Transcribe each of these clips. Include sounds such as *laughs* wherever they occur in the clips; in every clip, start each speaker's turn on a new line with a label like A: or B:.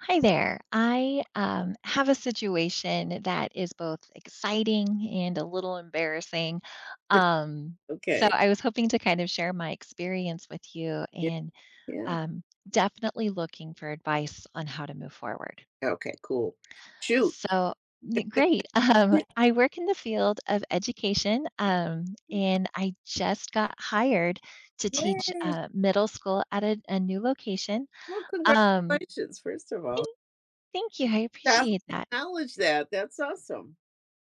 A: Hi there. I have a situation that is both exciting and a little embarrassing. Um, so
B: Okay.
A: I was hoping to kind of share my experience with you
B: Yeah.
A: and
B: Yeah.
A: um, definitely looking for advice on how to move forward.
B: Okay, cool. Shoot.
A: So great. *laughs*
B: Yay.
A: I work in the field of education, and I just got hired to teach middle school at a new location.
B: Well,
A: Um,
B: congratulations, first of all.
A: thank thank you. I
B: Stop and
A: appreciate that.
B: acknowledge that. That's awesome.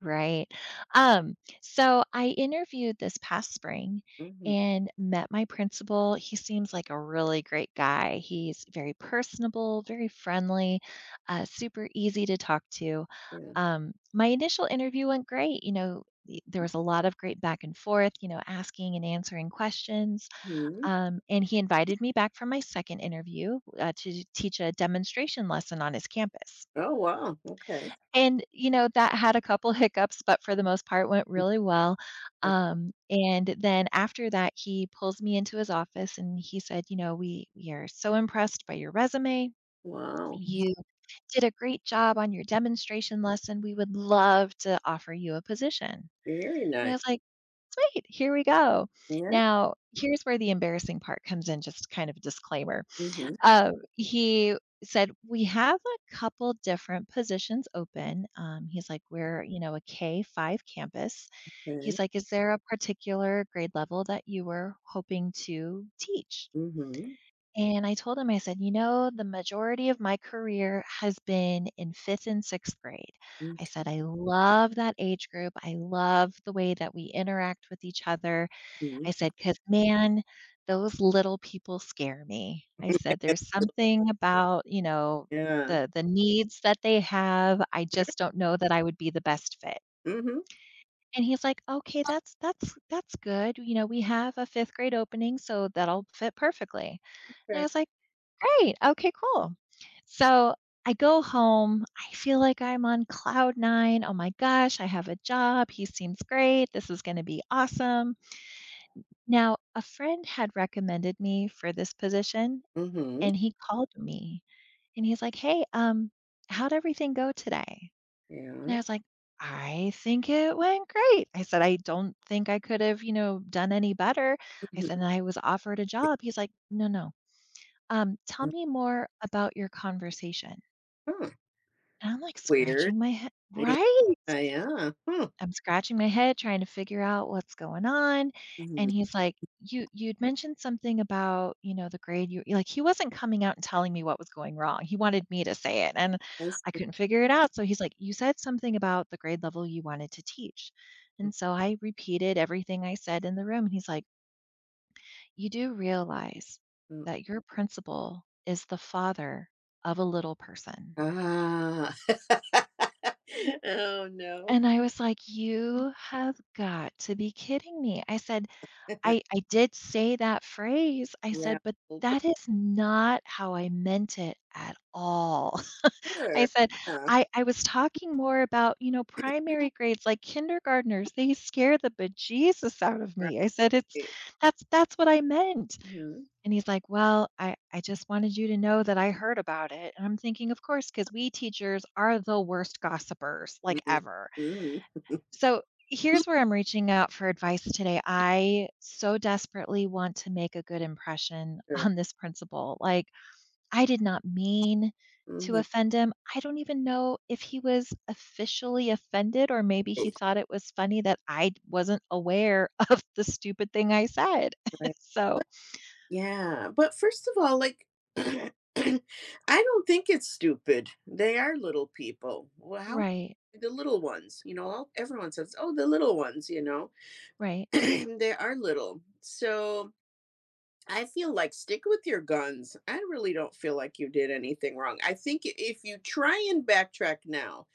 A: Right. Um, so I interviewed this past spring
B: Mhm,
A: and met my principal. He seems like a really great guy. He's very personable, very friendly, super easy to talk to.
B: yeah.
A: My initial interview went great. You know, there was a lot of great back and forth, you know, asking and answering questions.
B: Mhm.
A: And he invited me back for my second interview to teach a demonstration lesson on his campus.
B: Oh, wow. Okay.
A: And, you know, that had a couple *laughs* hiccups, but for the most part went really well.
B: Okay.
A: And then after that, he pulls me into his office and he said, you know, we are so impressed by your resume.
B: Wow.
A: You did a great job on your demonstration lesson. We would love to offer you a position.
B: Very
A: And I
B: nice.
A: was like, great, here we go.
B: Yeah.
A: Now, here's where the embarrassing part comes in, just kind of disclaimer.
B: mm
A: He said, "We have a couple different positions open." He's like, "We're, you know, a K-5 campus."
B: Mhm.
A: He's
B: Okay.
A: like, "Is there a particular grade level that you were hoping to teach?"
B: Mhm.
A: And I told him, I said, "You know, the majority of my career has been in 5th and 6th grade." I
B: mm
A: said, "I love that age group. I love the way that we interact with each other."
B: Mhm.
A: I said, "'Cause, man, those little people scare me." I said, "There's something about, you know,
B: Yeah.
A: the needs that they have, I just don't know that I would be the best fit."
B: Mhm.
A: And he's like, "Okay, that's good, you know, we have a 5th grade opening, so that'll fit perfectly." And I
B: Okay.
A: was like, "Great, okay, cool." So, I go home, I feel like I'm on cloud 9, "Oh my gosh, I have a job, he seems great, this is gonna be awesome." Now, a friend had recommended me for this position,
B: Mhm.
A: and he called me and he's like, "Hey, how'd everything go today?" And I
B: Yeah.
A: was like, "I think it went great." I said, "I don't think I could have, you know, done any better." I said,
B: Mhm.
A: "And I was offered a job." He's like, "No, no. Tell
B: Mm.
A: me more about your conversation."
B: Huh.
A: And I'm like
B: Weird.
A: scratching my head,
B: Yeah.
A: right?
B: Yeah. Huh.
A: I'm scratching my head trying to figure out what's going on, and
B: Mhm.
A: he's like, "You'd mentioned something about, you know, the grade you," like, he wasn't coming out and telling me what was going wrong, he wanted me to say it, and
B: I
A: I
B: see.
A: couldn't figure it out, so he's like, "You said something about the grade level you wanted to teach," and so I repeated everything I said in the room, and he's like, "You do realize
B: Mm.
A: that your principal is the father of a little person,"
B: Ah. *laughs* Oh, no.
A: and I was like, "You have got to be kidding me." I said I
B: *laughs*
A: I did say that phrase. I
B: Yeah,
A: said, "But
B: well, for
A: that is not how I meant it at all." *laughs* I
B: sure.
A: said,
B: Yeah,
A: "I was talking more about, you know, primary grades, like kindergartners, they scare the bejesus out of
B: right.
A: me." I said, "It's that's what I meant."
B: Mhm.
A: And he's like, "Well, I just wanted you to know that I heard about it." And I'm thinking, "Of course, because we teachers are the worst gossipers, like,
B: Mhm.
A: ever."
B: Mhm.
A: So here's where I'm reaching out for advice today. I so desperately want to make a good impression *laughs*
B: Sure.
A: on this principal. Like, I did not mean to
B: Mhm,
A: offend him. I don't even know if he was officially offended, or maybe he thought it was funny that wasn't aware *laughs* of the stupid thing I said.
B: right.
A: *laughs* So,
B: Yeah, but first of all, like, *clears throat* I don't think it's stupid. They are little people. Well, how
A: right,
B: the little ones, you know, all everyone says, "Oh, the little ones," you know?
A: right.
B: *clears throat* They are little. So I feel like stick with your guns. I really don't feel like you did anything wrong. I think I if you try and backtrack now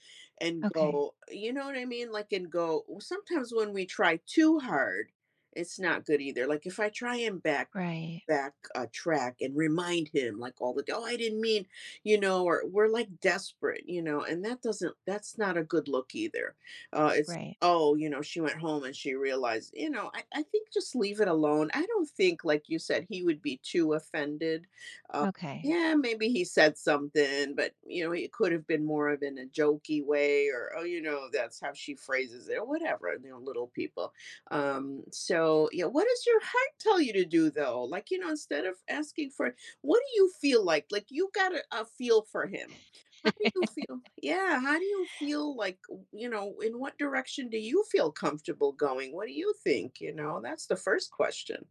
B: and
A: Okay,
B: go, you know what I mean? Like, and go w sometimes when we try too hard, it's not good either. Like, if I try and back
A: right,
B: back, track and remind him, like, all the, "Oh, I didn't mean," you know, or we're, like, desperate, you know, and that doesn't that's not a good look either. It's
A: right.
B: oh, you know, she went home and she realized, you know, I think just leave it alone. I don't think, like you said, he would be too offended.
A: Okay.
B: Yeah, maybe he said something, but, you know, it could have been more of in a jokey way or, oh, you know, that's how she phrases it or whatever, you know, little people. So, yeah, what does your heart tell you to do though? Like, you know, instead of asking for, what do you feel like? Like, you got a feel for him, how do you
A: *laughs*
B: feel? Yeah, how do you feel like, you know, in what direction do you feel comfortable going? What do you think? You know, that's the first question.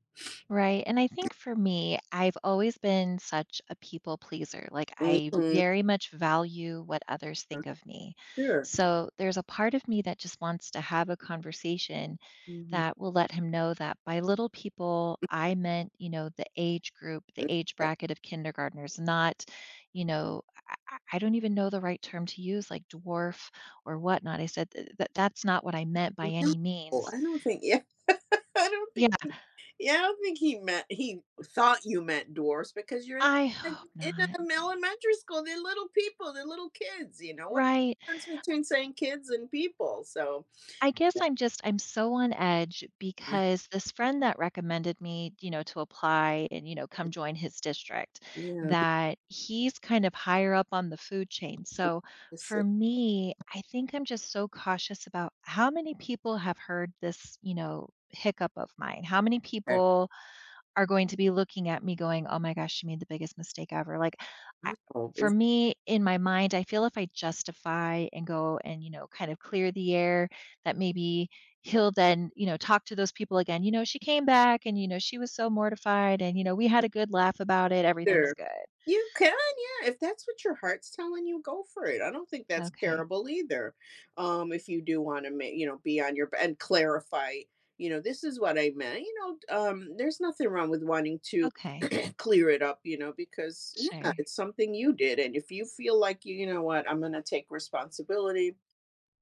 A: Right. And I think for me, I've always been such a people pleaser. Like, I
B: Mhm,
A: very much value what others think of me.
B: sure.
A: So, there's a part of me that just wants to have a conversation
B: Mhm.
A: that will let him know that by little people, I meant, you know, the age group, the age
B: Okay.
A: bracket of kindergartners, not, you know, I don't even know the right term to use, like dwarf or whatnot. I said that that's not what I meant by
B: No,
A: any means.
B: I don't think. Yeah, *laughs* I don't
A: Yeah,
B: think. Yeah, I don't think he meant. He thought you meant dwarfs because you're in
A: I
B: like,
A: hope
B: in
A: not.
B: elementary school. They're little people. They're little kids. You know what
A: Right.
B: difference between saying kids and people? So
A: I guess I'm just I'm so on edge
B: yeah,
A: because this friend that recommended me, you know, to apply and, you know, come join his district,
B: yeah.
A: that he's kind of higher up on the food chain. So
B: Just,
A: for
B: sit
A: me, I think I'm just so cautious about how many people have heard this, you know, hiccup of mine. How many
B: back.
A: people are going to be looking at me going, "Oh my gosh, you made the biggest mistake ever." Like, I, for me, in my mind, I feel if I justify and go and, you know, kind of clear the air, that maybe he'll then, you know, talk to those people again. You know, she came back and, you know, she was so mortified and, you know, we had a good laugh about it. Everything's
B: Sure.
A: good.
B: You can, yeah, if that's what your heart's telling you, go for it. I don't think that's
A: Okay.
B: terrible either. If you do wanna ma you know, be on your and clarify, you know, "This is what I meant," you know, there's nothing wrong with wanting to
A: Okay.
B: *clears throat* clear it up, you know, because, yeah,
A: Sure.
B: it's something you did, and if you feel like, you, "You know what, I'm gonna take responsibility."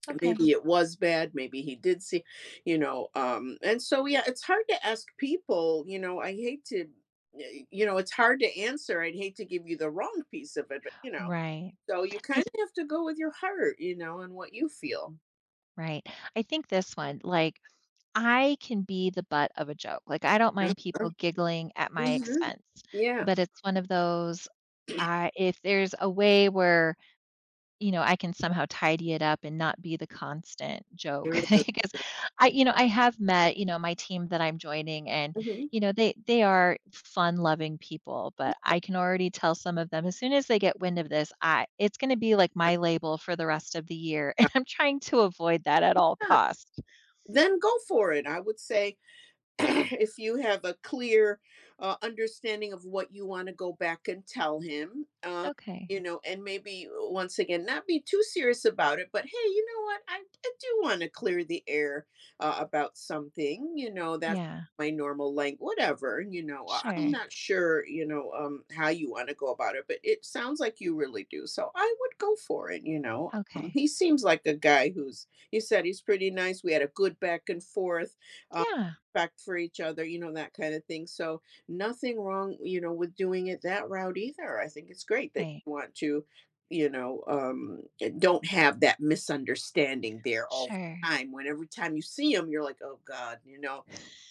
A: Okay.
B: Maybe it was bad, maybe he did see, you know, and so yeah, it's hard to ask people, you know, I hate to, you know, it's hard to answer, I'd hate to give you the wrong piece of it, but you know,
A: Right.
B: so you kind
A: I th-
B: of have to go with your heart, you know, and what you feel.
A: right. I think this one, like, I can be the butt of a joke, like, I don't
B: Mhm.
A: mind people giggling at my
B: Mhm.
A: expense,
B: Yeah.
A: but it's one of those, I if there's a way where, you know, I can somehow tidy it up and not be the constant joke, *laughs* because I you know, I have met, you know, my team that I'm joining and,
B: Mhm.
A: you know, they are fun-loving people, but I can already tell some of them, as soon as they get wind of this, I it's gonna be like my label for the rest of the year, *laughs* and I'm trying to avoid that at all
B: Yeah.
A: costs.
B: Then go for it, I would say. *clears throat* If you have a clear understanding of what you want to go back and tell him,
A: Okay.
B: you know, and maybe once again, not be too serious about it, but hey, you know what? I do want to clear the air about something, you know, that's
A: Yeah.
B: my normal language, whatever, you know, I'm
A: Sure.
B: not sure, you know, how you want to go about it, but it sounds like you really do. So I would go for it, you know.
A: Okay.
B: He seems like a guy who's, you said he's pretty nice. We had a good back and forth,
A: Yeah.
B: respect for each other, you know, that kind of thing. So nothing wrong, you know, with doing it that route either. I think it's great that
A: Right.
B: you want to, you know, don't have that misunderstanding there all
A: Sure.
B: the time. When every time you see them, you're like, oh God, you know,
A: *laughs*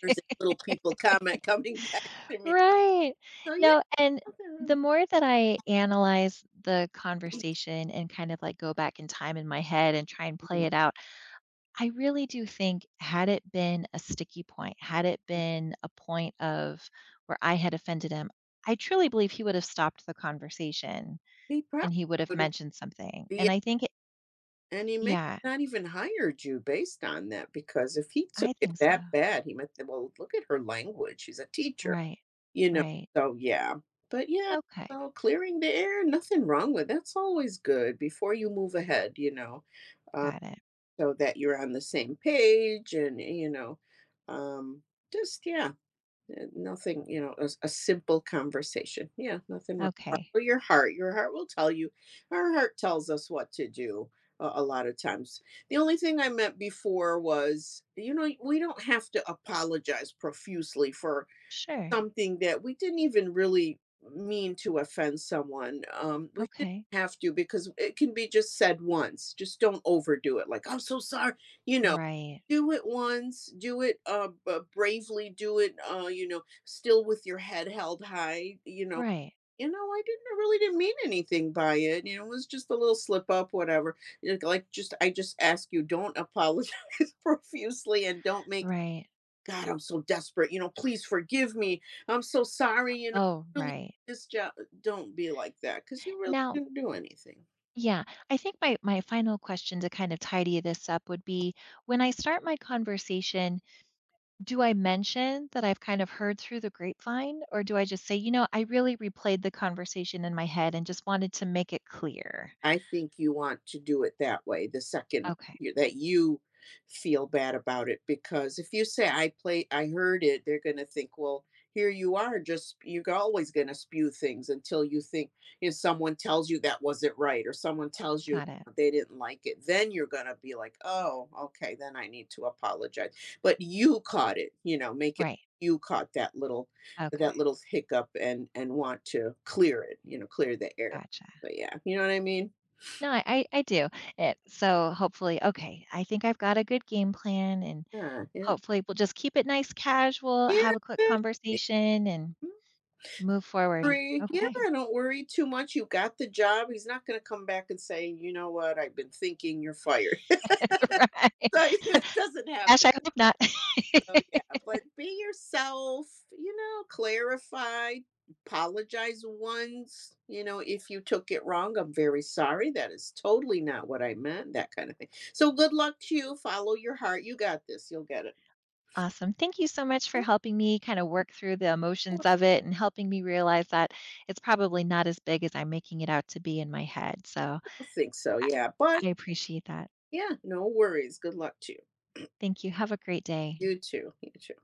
B: there's that little people comment coming *laughs* back to me.
A: Right.
B: So
A: No, and
B: yeah, they're-
A: the more that I analyze the conversation and kind of like go back in time in my head and try and play it out, I really do think had it been a sticky point, had it been a point of where I had offended him, I truly believe he would have stopped the conversation
B: he probably
A: and he would have
B: would have
A: mentioned something.
B: be
A: And I think it,
B: and he may
A: yeah,
B: not even hired you based on that because if he took
A: I
B: it
A: think so.
B: that bad, he might say, well, look at her language. She's a teacher.
A: Right.
B: You know,
A: Right.
B: so yeah. But yeah,
A: Okay.
B: so clearing the air, nothing wrong with that's always good before you move ahead, you know, uh,
A: Got it.
B: so that you're on the same page and, you know, um, just yeah, nothing, you know, a simple conversation. Yeah, nothing wrong.
A: Okay.
B: Follow your heart. Your heart will tell you. Our heart tells us what to do a lot of times. The only thing I meant before was, you know, we don't have to apologize profusely for
A: Sure.
B: something that we didn't even really mean to offend someone. We shouldn't
A: Okay.
B: have to because it can be just said once. Just don't overdo it. Like, I'm so sorry. You know,
A: Right.
B: do it once, do it b- bravely, do it, you know, still with your head held high, you know.
A: Right.
B: You know, I didn't I really didn't mean anything by it. You know, it was just a little slip up, whatever. Like, just I just ask you, don't apologize *laughs* profusely and don't make
A: Right.
B: God, I'm so desperate. You know, please forgive me. I'm so sorry. You know,
A: Oh,
B: really,
A: right.
B: this job. Don't be like that because you really
A: Now,
B: didn't do anything.
A: yeah, I think my final question to kind of tidy this up would be when I start my conversation, do I mention that I've kind of heard through the grapevine or do I just say, you know, I really replayed the conversation in my head and just wanted to make it clear?
B: I think you want to do it that way, the second one,
A: Okay.
B: you that you feel bad about it, because if you say, "I play I heard it," they're gonna think, "Well, here you are, just you're always gonna spew things until you think," if someone tells you that wasn't right or someone tells you
A: Got it.
B: they didn't like it, then you're gonna be like, "Oh, okay, then I need to apologize." But you caught it, you know, make it
A: Right.
B: you caught that
A: Okay.
B: little hiccup and want to clear it, you know, clear the air.
A: Gotcha.
B: But yeah, you know what I mean?
A: No, I do it. So hopefully, okay, I think I've got a good game plan and
B: Yeah, yeah.
A: hopefully, we'll just keep it nice casual,
B: Yeah,
A: have a quick
B: good.
A: conversation, and
B: Not
A: move forward.
B: worry. Yeah,
A: Okay.
B: I don't worry too much. You got the job. He's not gonna come back and say, "You know what? I've been thinking you're fired." *laughs*
A: *laughs* Right.
B: So, *laughs*
A: *laughs*
B: that doesn't
A: Gosh, I
B: happen.
A: hope not.
B: So, yeah,
A: *laughs*
B: but be yourself, you know, clarify, apologize once, you know, if you took it wrong, "I'm very sorry. That is totally not what I meant," that kinda thing. So, good luck to you. Follow your heart. You got this. You'll get it.
A: Awesome. Thank you so much for
B: Yeah,
A: helping me kind of work through the emotions
B: well,
A: of it and helping me realize that it's probably not as big as I'm making it out to be in my head. So
B: I don't think so,
A: I
B: yeah, but
A: I appreciate that.
B: yeah, no worries. Good luck to you.
A: Thank you. Have a great day.
B: You too. You too.